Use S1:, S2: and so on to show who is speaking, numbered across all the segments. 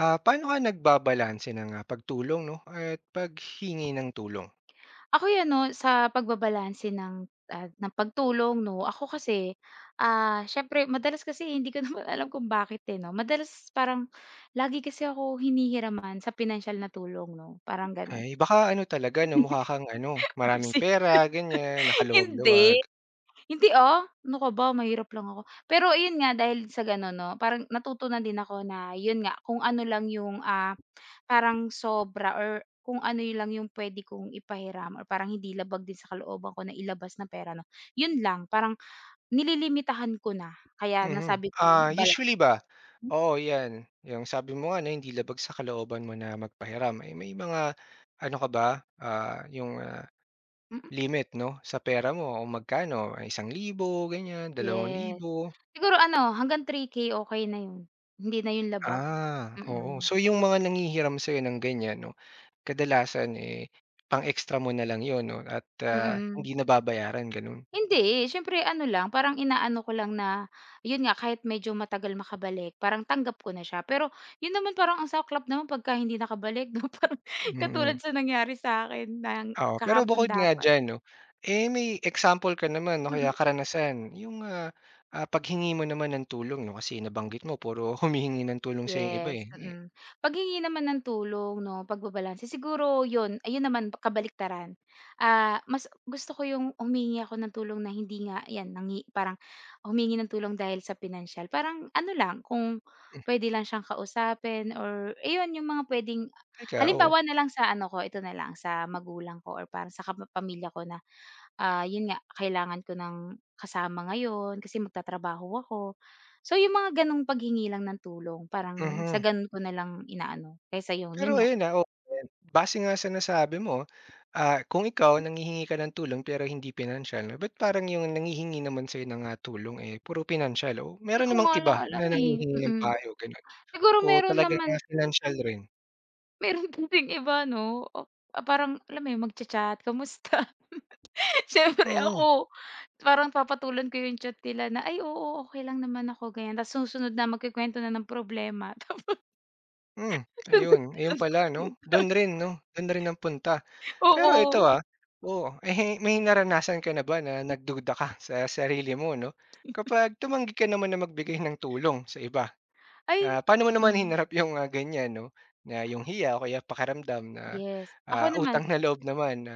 S1: Paano ka nagbabalanse ng, pagtulong 'no, at paghingi ng tulong?
S2: Ako'y ano, sa pagbabalanse ng pagtulong 'no, ako kasi, siyempre madalas kasi hindi ko naman alam kung bakit, eh, 'no. Madalas parang lagi kasi ako hinihiraman sa pinansiyal na tulong 'no, parang gano'n.
S1: Eh, baka ano talaga 'no, mukha kang ano, maraming
S2: Kasi
S1: pera ganyan, nakaluwag-luwag.
S2: hindi, hindi, ano ka ba mahirap lang ako. Pero ayun nga dahil sa gano'n 'no, parang natutunan din ako na yun nga kung ano lang yung, parang sobra or kung ano yun lang yung puwede kong ipahiram or parang hindi labag din sa kalooban ko na ilabas na pera 'no, yun lang parang nililimitahan ko na kaya
S1: Mhm.
S2: nasabi
S1: Ah,
S2: kong balanse.
S1: usually ba, oo 'yan, yung sabi mo nga na hindi labag sa kalooban mo na magpahiram, eh, may mga ano ka ba, yung,
S2: Mm,
S1: limit 'no, sa pera mo o magkano, 1,000 ganyan, dalawang
S2: yes.
S1: libo
S2: Siguro ano hanggang 3K okey na yun, hindi na yun labag.
S1: Oo.
S2: Mm,
S1: So, yung mga nanghihiram sa'yo ng ganyan 'no, kadalasan, eh, pang-extra mo na lang 'yun 'no, at,
S2: mm.
S1: hindi na babayaran gano'n.
S2: Hindi, siyempre ano lang, parang inaano ko lang na, yun nga kahit medyo matagal makabalik parang tanggap ko na siya. Pero yun naman parang ang saklap naman pagka hindi nakabalik 'no, parang
S1: Mm,
S2: katulad sa nangyari sa akin ng
S1: oo. Pero
S2: kahapon
S1: bukod nga
S2: dapat.
S1: diyan 'no, eh, may example ka naman o kaya
S2: Mm.
S1: karanasan yung, paghingi mo naman ng tulong 'no, kasi nabanggit mo puro humihingi ng tulong sa yung iba, eh.
S2: Yes,
S1: Eh.
S2: mm. Paghingi naman ng tulong 'no, pagbabalanse siguro 'yun, ayun naman kabaliktaran. Mas gusto ko yung humingi ako ng tulong na hindi nga 'yan parang humingi ng tulong dahil sa pinansiyal. Parang ano lang, kung
S1: Hmm.
S2: puwede lang siyang kausapin or ayun yung mga puwedeng
S1: Teka, oo.
S2: halimbawa na lang sa ano ko, ito na lang, sa magulang ko or parang sa pamilya ko na, 'yun nga, kailangan ko ng kasama ngayon kasi magtatrabaho ako. So, yung mga gano'ng paghingi lang ng tulong parang sa
S1: Mhm.
S2: gano'n ko na lang inaano kaysa yung
S1: Pero
S2: yun nga,
S1: ayun, oo, base nga sa nasabi mo, kung ikaw nanghihingi ka ng tulong pero hindi pinansiyal 'no, ba't parang yung nanghihingi naman sa'yo ng, tulong, eh, puro pinansiyal, o
S2: di
S1: meron
S2: ko
S1: namang
S2: nga lang
S1: iba
S2: alam,
S1: na nanghihingi
S2: eh,
S1: ng
S2: mm.
S1: payo gano'n,
S2: Siguro
S1: o
S2: meron
S1: talagang,
S2: naman
S1: pinansiyal rin?
S2: meron kasing iba 'no, parang alam mo yun magcha-chat, "Kamusta?" Siyempre
S1: Mm.
S2: ako parang papatulan ko yung chat nila na, "Ay oo, okey lang naman ako," ganyan ta's susunod na magkukuwento na ng problema tapos
S1: Hmm. Ayun, ayun pala 'no,
S2: sunod-sunod.
S1: do'n rin 'no, do'n rin ang punta. Pero ito,
S2: Oo,
S1: oo, eh, may naranasan ka na ba na nagduda ka sa sarili mo 'no, kapag tumanggi ka naman na magbigay ng tulong sa iba?
S2: ay
S1: Paano mo naman
S2: mm,
S1: hinarap yung, ganyan 'no, na yung hiya, o kaya pakiramdam na,
S2: yes. Ako naman
S1: utang na loob naman na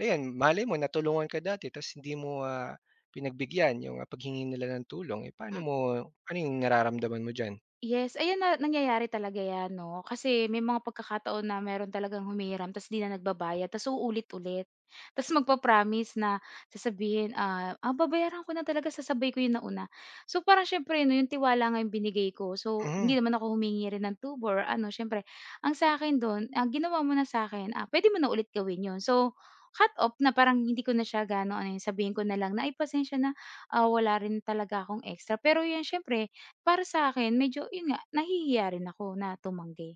S1: ayan, malay mo natulungan ka dati ta's hindi mo, pinagbigyan yung, paghingi nila ng tulong, eh, paano
S2: mm.
S1: mo, ano yung nararamdaman mo diyan?
S2: Yes, ayan na nangyayari talaga 'yan 'no, kasi may mga pagkakataon na meron talagang humihiram ta's 'di na nagbabayad ta's uulit-ulit. Ta's magpa-promise na sasabihin, "Ah, babayaran ko na talaga, sasabay ko yung nauna." So, parang siyempre 'no, yung tiwala nga yung binigay ko. So,
S1: Mhm.
S2: hindi naman ako humingi rin ng tubo or ano, siyempre ang sa'kin do'n, "Ginawa mo na sa'kin, ah, puwede mo na ulit gawin 'yun." So, cut off na parang hindi ko na siya gaano ano, sabihin ko na lang na, "Ay, pasensya na, wala rin talaga akong extra." Pero 'yun siyempre para sa'kin medyo yun nga, nahihiya rin ako na tumanggi.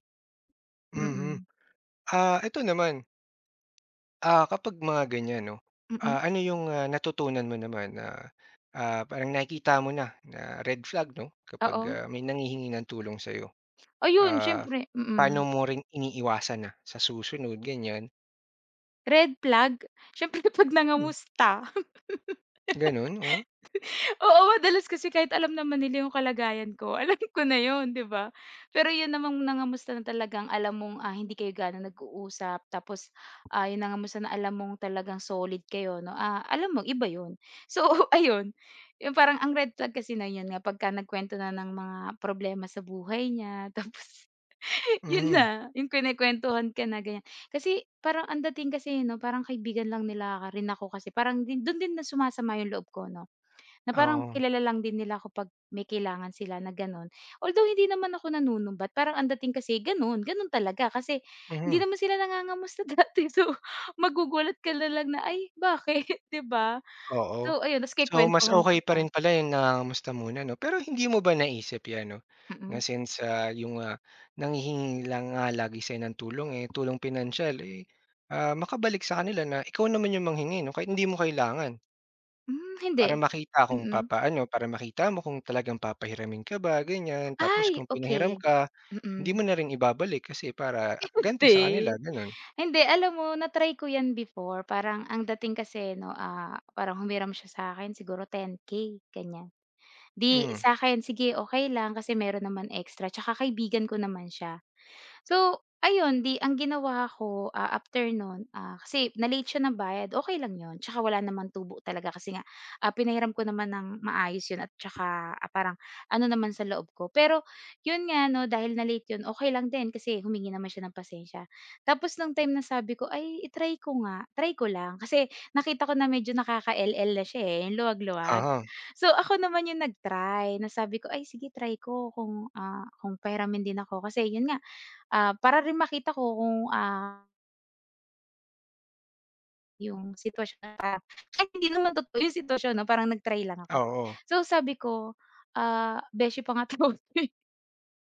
S1: Mhm.
S2: Mm,
S1: Ito naman, kapag mga ganyan 'no,
S2: mm,
S1: ano yung, natutunan mo naman na, parang nakikita mo na na red flag 'no, kapag,
S2: oo.
S1: may nanghihingi ng tulong sa'yo?
S2: Ayun
S1: Ah,
S2: siyempre
S1: paano
S2: mm.
S1: mo rin iniiwasan na sa susunod ganyan?
S2: Red flag, siyempre 'pag
S1: Hmm,
S2: nangamusta.
S1: gano'n, oh,
S2: Oo, madalas kasi kahit alam naman nila yung kalagayan ko, alam ko na yun, 'di ba? Pero yun namang nangangamusta na talagang alam mong, hindi kayo ganon nag-uusap tapos, yung nangangamusta na alam mong talagang solid kayo 'no, alam mo iba yun. So ayun, yung parang ang red flag kasi na yun nga pagka nagkuwento na ng mga problema sa buhay niya tapos yun
S1: mhm,
S2: na, yung kinukuwentuhan ka na ganyan. Kasi parang ang dating kasi 'no, parang kaibigan lang nila ka rin ako kasi parang din dun din na sumasama yung loob ko 'no. Na parang
S1: oo,
S2: kilala lang din nila ako 'pag may kailangan sila na gano'n. Although hindi naman ako nanunumbat, parang ang dating kasi gano'n, gano'n talaga. Kasi hindi
S1: mhm,
S2: naman sila nangangamusta dati. So, magugulat ka na lang na, "Ay, bakit?" 'di ba?
S1: oo.
S2: So, ayun ta's
S1: So, mas
S2: kukuwentuhan
S1: okay
S2: ka
S1: pa
S2: pa.
S1: rin pala yung nangangamusta muna 'no? Pero hindi mo ba naisip 'yan 'no,
S2: Mm-mm.
S1: na
S2: Mm.
S1: since, yung, nanghihingi lang nga lagi sa'yo ng tulong, eh, tulong pinansyal, eh, makabalik sa kanila na ikaw naman yung manghingi 'no, kahit hindi mo kailangan.
S2: Hmm, hindi. Mm.
S1: Para makita mo kung talagang papahiramin ka ba ganyan, tapos
S2: Ay,
S1: kung pinahiram
S2: okay.
S1: ka, hindi mo
S2: Mm.
S1: na rin ibabalik kasi para ganti sa kanila
S2: Hindi.
S1: gano'n.
S2: Hindi, alam mo na-try ko 'yan before. Parang ang dating kasi 'no, parang humiram siya sa akin siguro 10K, ganyan. 'Di
S1: Hmm,
S2: sa'kin sige okey lang kasi meron naman extra, 'tsaka kaibigan ko naman siya. So, ayun 'di ang ginawa ko, after no'n, kasi na-late siya ng bayad, okay lang 'yun. Tsaka wala naman tubo talaga kasi nga, pinahiram ko naman ng maayos 'yun at tsaka, parang ano naman sa loob ko. Pero 'yun nga 'no, dahil na-late 'yun, okay lang din kasi humingi naman siya ng pasensya. Tapos nung time na sabi ko, "Ay i-try ko nga, try ko lang." Kasi nakita ko na medyo nakaka-LL na siya, eh, yung luwag-luwag.
S1: oo,
S2: So, ako naman yung nag-try na sabi ko, "Ay sige try ko kung pahiramin din ako." Kasi 'yun nga, para rin makita ko kung, yung sitwasyon na parang kahit hindi naman totoo yung sitwasyon 'no, parang nag-try lang ako.
S1: oo,
S2: So sabi ko, beshi pa nga tawag ko, eh.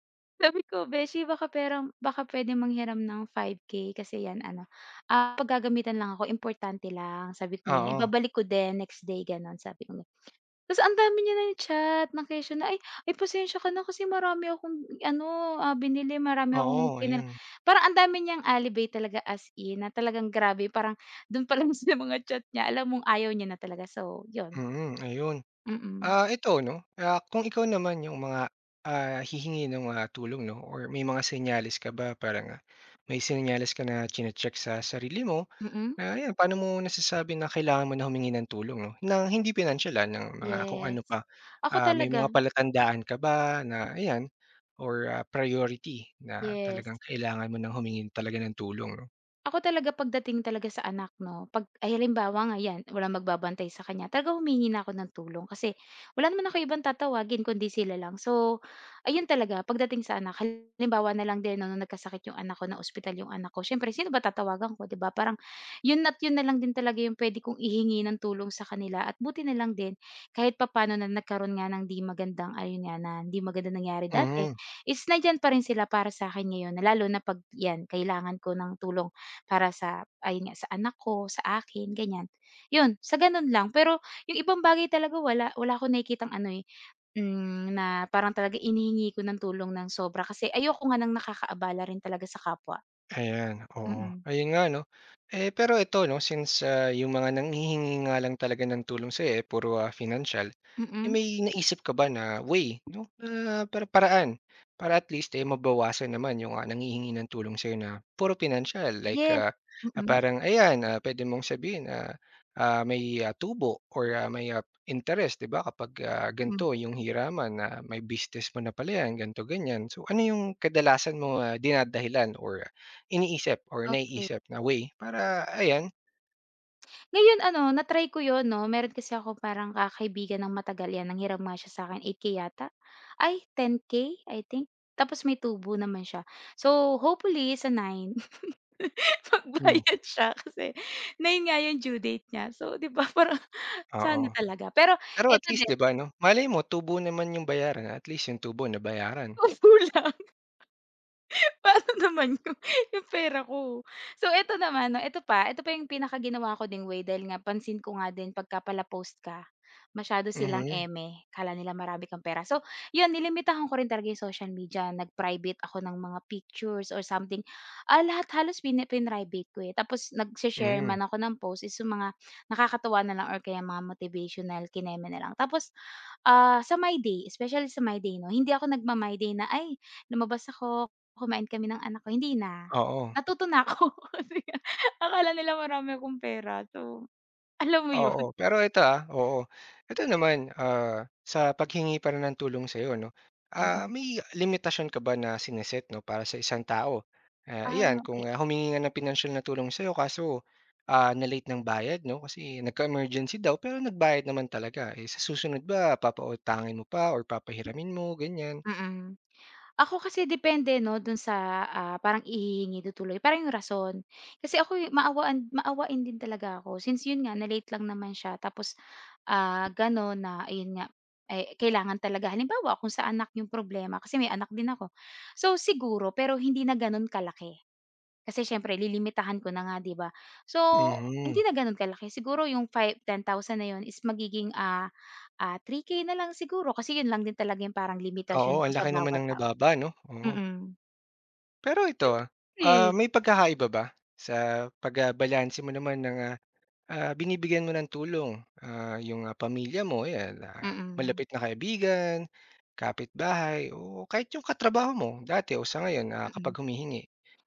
S2: Sabi ko, "Beshi baka pera baka puwede manghiram ng 5K kasi 'yan ano, paggagamitan lang ako, importante lang." Sabi ko ganyan,
S1: oo,
S2: "Ibabalik ko din next day," gano'n sabi ko. Tas ang dami niya ng chat ng kesyo na, ay pasensya ka na kasi marami akong ano, binili, marami akong
S1: oo,
S2: kinano"
S1: ayun,
S2: parang ang dami niyang alibay talaga as in na talagang grabe parang dun pa lang sa mga chat niya alam mong ayaw niya na talaga. So yun,
S1: mm, ayun.
S2: mm.
S1: Ito 'no, kung ikaw naman yung mga, hihingi ng mga tulong 'no, or may mga senyales ka ba, parang, may senyales ka na chine-check sa sarili mo.
S2: Mm,
S1: Ayan, paano mo nasasabi na kailangan mo na humingi ng tulong 'no, ng hindi pinansiyal, ng mga kung
S2: yes.
S1: ano pa,
S2: Ako
S1: may
S2: talaga,
S1: mga palatandaan ka ba na ayan, or, priority na
S2: yes.
S1: talagang kailangan mo ng humingi talaga ng tulong 'no?
S2: Ako talaga pagdating talaga sa anak 'no, 'pag ay halimbawa nga 'yan, walang magbabantay sa kanya, talaga humihingi na ako ng tulong kasi wala naman ako ibang tatawagin kundi sila lang. So, ayun talaga pagdating sa anak, halimbawa na lang din 'no, nung nagkasakit yung anak ko, na ospital yung anak ko, siyempre sino ba tatawagan ko, 'di ba? Parang yun at yun na lang din talaga yung puwede kong ihingi ng tulong sa kanila at buti na lang din kahit papaano na nagkaroon nga ng 'di magandang ayun nga, na hindi magandang nangyari dati,
S1: Mhm.
S2: is nandiyan pa rin sila para sa'kin ngayon na lalo na 'pag 'yan, kailangan ko ng tulong. Para sa ayun nga, sa anak ko, sa akin, ganyan. Yun, sa gano'n lang. Pero yung ibang bagay talaga wala wala akong nakikitang ano, eh, na parang talaga hinihingi ko ng tulong ng sobra kasi ayoko nga ng nakakaabala rin talaga sa kapwa.
S1: Ayan,
S2: Mm,
S1: oo.
S2: mm.
S1: Ayun nga 'no. Eh, pero ito 'no, since, yung mga nanghihingi nga lang talaga ng tulong sa'yo, eh, puro, financial,
S2: Mm,
S1: eh,
S2: mm.
S1: may naisip ka ba na way 'no, na para paraan, para at least, eh, mabawasan naman yung, nanghihingi ng tulong sa'yo na puro financial. Like,
S2: Yes. Mm,
S1: parang ayan, puwede mong sabihin na, may, tubo, or, may, interest, 'di ba kapag,
S2: mm,
S1: ganito yung hiraman na may business mo na pala yan, ganito, ganyan. So, ano yung kadalasan mo, dinadahilan, or iniisip or
S2: okay.
S1: naiisip na way para ayan?
S2: Ngayon ano, na-try ko yun 'no, meron kasi ako parang, ng matagal yan, nanghiram nga siya sa'kin 8K yata? Ay, 10K, I think. Tapos may tubo naman siya. So, hopefully sa nine
S1: Hmm.
S2: magbayad siya kasi na yun nga yung due date niya. So, 'di ba parang sana
S1: Oo.
S2: talaga. Pero
S1: Pero at
S2: eto
S1: least
S2: din,
S1: 'di ba 'no, malay mo tubo naman yung bayaran, at least yung tubo nabayaran.
S2: kukulang. Paano naman yung pera ko? So eto naman 'no, eto pa yung pinakaginawa ko ding way dahil nga pansin ko nga din pagka pala-post ka, masyado silang
S1: Mhm.
S2: eme, kala nila marami kang pera. So yun, nilimitahan ko rin talaga yung social media, nag-private ako ng mga pictures or something. Lahat halos pini private ko, eh, tapos nagse-share
S1: Mhm,
S2: man ako ng post is yung mga nakakatuwa na lang or kaya mga motivational, kineme na lang. Tapos, sa My Day, especially sa My Day 'no, hindi ako nagma-My Day na, "Ay, lumabas ako, kumain kami ng anak ko, hindi na."
S1: oo.
S2: Natuto na ako kasi nga akala nila marami akong pera so alam mo yun?
S1: Oo, pero ito, oo. Ito naman, sa paghingi pa rin ng tulong sa'yo 'no,
S2: Mm.
S1: may limitasyon ka ba na sineset 'no, para sa isang tao? Iyan
S2: Ah,
S1: kung,
S2: okey.
S1: humingi nga ng pinansiyal na tulong sa'yo, kaso, na-late ng bayad 'no, kasi nagka-emergency daw, pero nagbayad naman talaga, eh, sa susunod ba papautangin mo pa or papahiramin mo, ganyan?
S2: Mm. Ako kasi depende 'no, dun sa, parang ihihingi tutuloy, parang yung rason. Kasi ako'y maawaan maawain din talaga ako since yun nga na-late lang naman siya tapos, gano'n na ayun nga, eh, kailangan talaga halimbawa kung sa anak yung problema kasi may anak din ako. So, siguro pero hindi na gano'n kalaki. Kasi siyempre lilimitahan ko na nga 'di ba? So, hindi
S1: Mhm.
S2: na gano'n kalaki siguro yung 10,000 na yun is magiging, 3K na lang siguro kasi yun lang din talaga yung parang
S1: Oo,
S2: limitasyon ko
S1: ang
S2: sa
S1: laki naman
S2: bawat
S1: ng
S2: tao.
S1: nababa 'no, oo.
S2: Mm,
S1: Pero ito,
S2: siyempre,
S1: may pagkakaiba ba sa pag, mo naman ng, binibigyan mo ng tulong, yung, pamilya mo, ayan,
S2: mm,
S1: malapit na kaibigan, kapitbahay, o kahit yung katrabaho mo dati o sa ngayon,
S2: mm.
S1: kapag humihingi,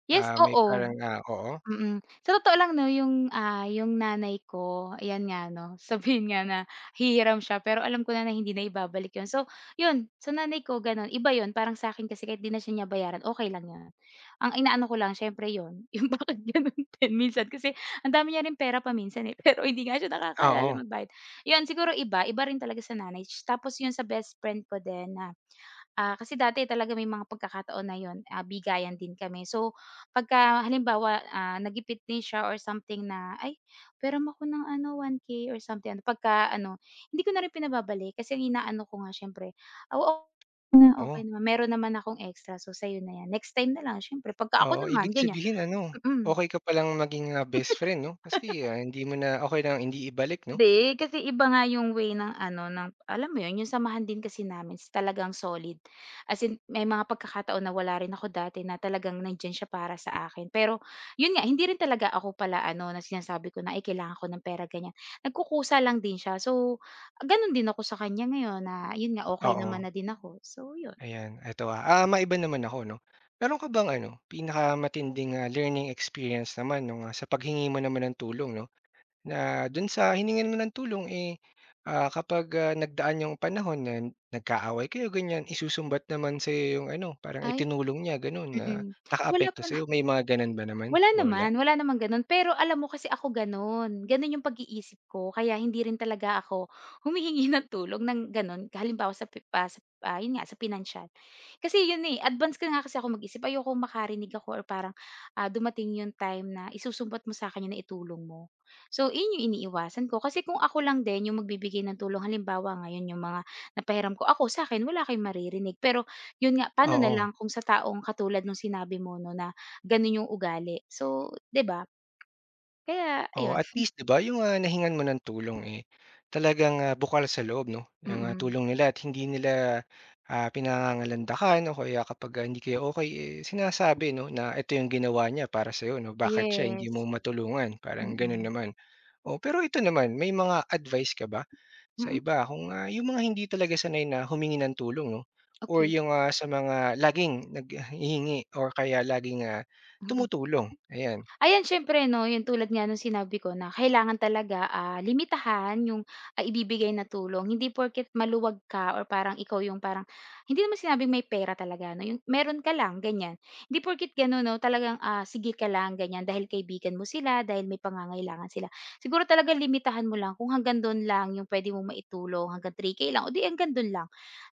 S2: Yes,
S1: may
S2: oo,
S1: parang, oo,
S2: mm. Sa totoo lang 'no yung nanay ko ayan nga 'no, sabihin nga na hihiram siya pero alam ko na na hindi na ibabalik yun. So yun, sa nanay ko gano'n, iba yun parang sa'kin kasi kahit di na siya niya bayaran okey lang yun. Ang inaano ko lang siyempre yun, yung bakit gano'n din minsan kasi ang dami niya ring pera paminsan, eh, pero hindi nga siya nakakaalala
S1: oo,
S2: magbayad. Yun siguro iba, iba rin talaga sa nanay tapos yun sa best friend ko din na kasi dati talaga may mga pagkakataon na yun, bigayan din kami. So, pagka halimbawa, nagipit din siya or something na, "Ay, pero ako ng ano 1K or something." Ano, pagka ano, hindi ko na rin pinababalik kasi ang inaano ko nga siyempre, "Oo na,
S1: oo,
S2: okay naman, meron naman akong extra so sa'yo na 'yan, next time na lang." Siyempre pagka ako
S1: oo. Ibig
S2: naman ganyan,
S1: sabihin ano,
S2: mm.
S1: okey ka palang maging, best friend 'no, kasi, hindi mo na, okey lang hindi ibalik 'no?
S2: Hindi, kasi iba nga yung way ng ano, ng alam mo yun, yung samahan din kasi namin is talagang solid. As in, may mga pagkakataon na wala rin ako dati na talagang nandiyan siya para sa akin. Pero yun nga, hindi rin talaga ako pala na sinasabi ko na, "Ay, kailangan ko ng pera," ganyan. Nagkukusa lang din siya. So, ganun din ako sa kanya ngayon na yun nga, okay
S1: Oo,
S2: naman na din ako. So yun,
S1: ayan. Eto, maiba naman ako 'no. Meron ka bang ano, pinakamatinding, learning experience naman nung, sa paghingi mo naman ng tulong 'no? Na dun sa hiningan mo ng tulong, eh, kapag, nagdaan yung panahon na nagkaaway kayo ganyan, isusumbat naman sa yung ano, parang
S2: ay
S1: itinulong niya gano'n
S2: mm
S1: na
S2: mm. Wala
S1: nakaapekto
S2: pa
S1: sa'yo, may mga gano'n ba naman o wala?
S2: Wala naman gano'n. Pero alam mo kasi ako gano'n, gano'n yung pag-iisip ko kaya hindi rin talaga ako humihingi ng tulong ng gano'n halimbawa sa pi pa sa ah, yun nga sa pinansyal. Kasi yun, eh, advance ka nga kasi ako mag-isip ayoko makarinig ako or parang, dumating yung time na isusumbat mo sa'kin yun na itulong mo. So yun yung iniiwasan ko kasi kung ako lang din yung magbibigay ng tulong halimbawa ngayon yung mga napahiram ko, ako sa akin wala kayong maririnig, pero yun nga paano na
S1: Oo,
S2: lang kung sa taong katulad nung sinabi mo 'no na ganun yung ugali. So, 'di ba? Kaya
S1: oo,
S2: ayun,
S1: at least 'di ba yung, nahingan mo ng tulong, eh, talagang, bukal sa loob 'no, yung,
S2: mm.
S1: tulong nila, at hindi nila, pinangangalandakan, o kaya kapag, hindi kayo okey, eh, sinasabi 'no na ito yung ginawa niya para sa 'no, bakit siya hindi mo
S2: Yes,
S1: matulungan, parang gano'n
S2: mm.
S1: naman. Oh, pero ito naman, may mga advice ka ba sa
S2: Mm,
S1: iba, kung, yung mga hindi talaga sanay na humingi ng tulong 'no, or
S2: okey,
S1: yung, sa mga laging naghihingi or kaya laging,
S2: mm.
S1: tumutulong, ayan.
S2: Ayan, siyempre 'no, yung tulad nga nung sinabi ko na kailangan talaga, limitahan yung, ibibigay na tulong. Hindi porket maluwag ka or parang ikaw yung parang hindi naman sinabing may pera talaga 'no, yung meron ka lang, ganyan. Hindi porket gano'n 'no, talagang, sige ka lang ganyan dahil kaibigan mo sila, dahil may pangangailangan sila. Siguro talaga limitahan mo lang kung hanggang dun lang yung puwede mo maitulong, hanggang 3K lang o 'di hanggang dun lang.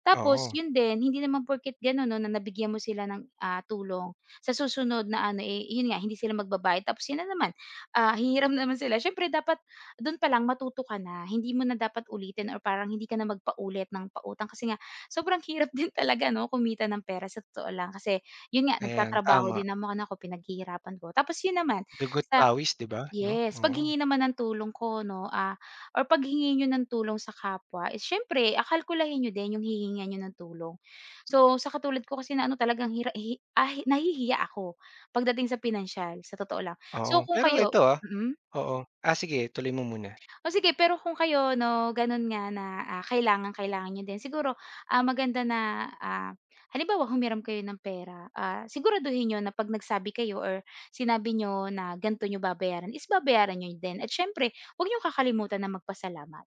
S2: Tapos
S1: Oo,
S2: yun din, hindi naman porket gano'n 'no, na nabigyan mo sila ng, tulong sa susunod na ano, eh, yun nga hindi sila magbabayad tapos yun na naman, hihiram naman sila. Siyempre dapat dun palang matuto ka na, hindi mo na dapat ulitin or parang hindi ka na magpaulit ng pautang kasi nga sobrang hirap din talaga 'no, kumita ng pera sa totoo lang kasi yun nga
S1: ayan,
S2: nagtatrabaho
S1: tama.
S2: din naman ako, pinaghihirapan ko. Tapos yun naman
S1: Dugo't
S2: sa
S1: pawis 'di ba 'no?
S2: Yes,
S1: Oo,
S2: paghingi naman ng tulong ko 'no, or paghingi niyo ng tulong sa kapwa is siyempre, kalkulahin niyo din yung hihingan niyo ng tulong. So, sa katulad ko kasi na ano talagang nahihiya ako pagdating sa pinansiyal, sa totoo lang.
S1: oo.
S2: So, kung
S1: Pero
S2: kayo
S1: ito,
S2: mm.
S1: oo. Sige, tuloy mo muna.
S2: O sige, pero kung kayo 'no, gano'n nga na, kailangang-kailangan niyo din, siguro, maganda na, halimbawa humiram kayo ng pera, siguraduhin niyo na 'pag nagsabi kayo or sinabi niyo na ganito niyo babayaran is babayaran niyo din at siyempre huwag niyong kakalimutan na magpasalamat.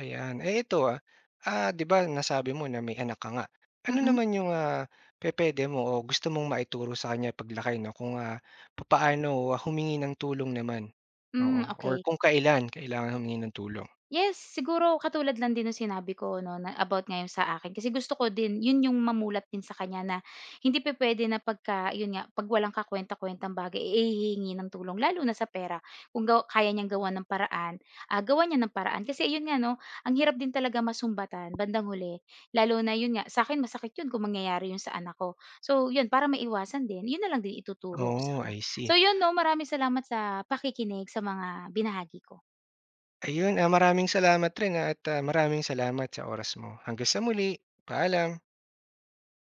S1: Ayan. Eh, ito, 'di ba nasabi mo na may anak ka nga. Ano
S2: Mm-mm.
S1: naman yung, pupuwede mo o gusto mong maituro sa kanya paglaki 'no, kung, papaano humingi ng tulong naman?
S2: Mm, hmm,
S1: Oo, or
S2: okey.
S1: kung kailan kailangan humingi ng tulong.
S2: Yes, siguro katulad lang din nung sinabi ko 'no, na about ngayon sa akin kasi gusto ko din yun yung mamulat din sa kanya na hindi pa pwede na pagka yun nga, 'pag walang kakuwenta-kuwentang bagay, eh, hihingi ng tulong lalo na sa pera. Kung gawa kaya niyang gawan ng paraan, gawan niya ng paraan. Kasi yun nga 'no, ang hirap din talaga masumbatan bandang huli, lalo na yun nga, sa'kin masakit yun kung mangyayari yun sa anak ko. So yun, para maiwasan din, yun na lang din ituturo ko sa
S1: Oh,
S2: kanya.
S1: I see.
S2: So yun 'no, maraming salamat sa pakikinig sa mga binahagi ko.
S1: Ayun, maraming salamat rin, at, maraming salamat sa oras mo. Hanggang sa muli, paalam.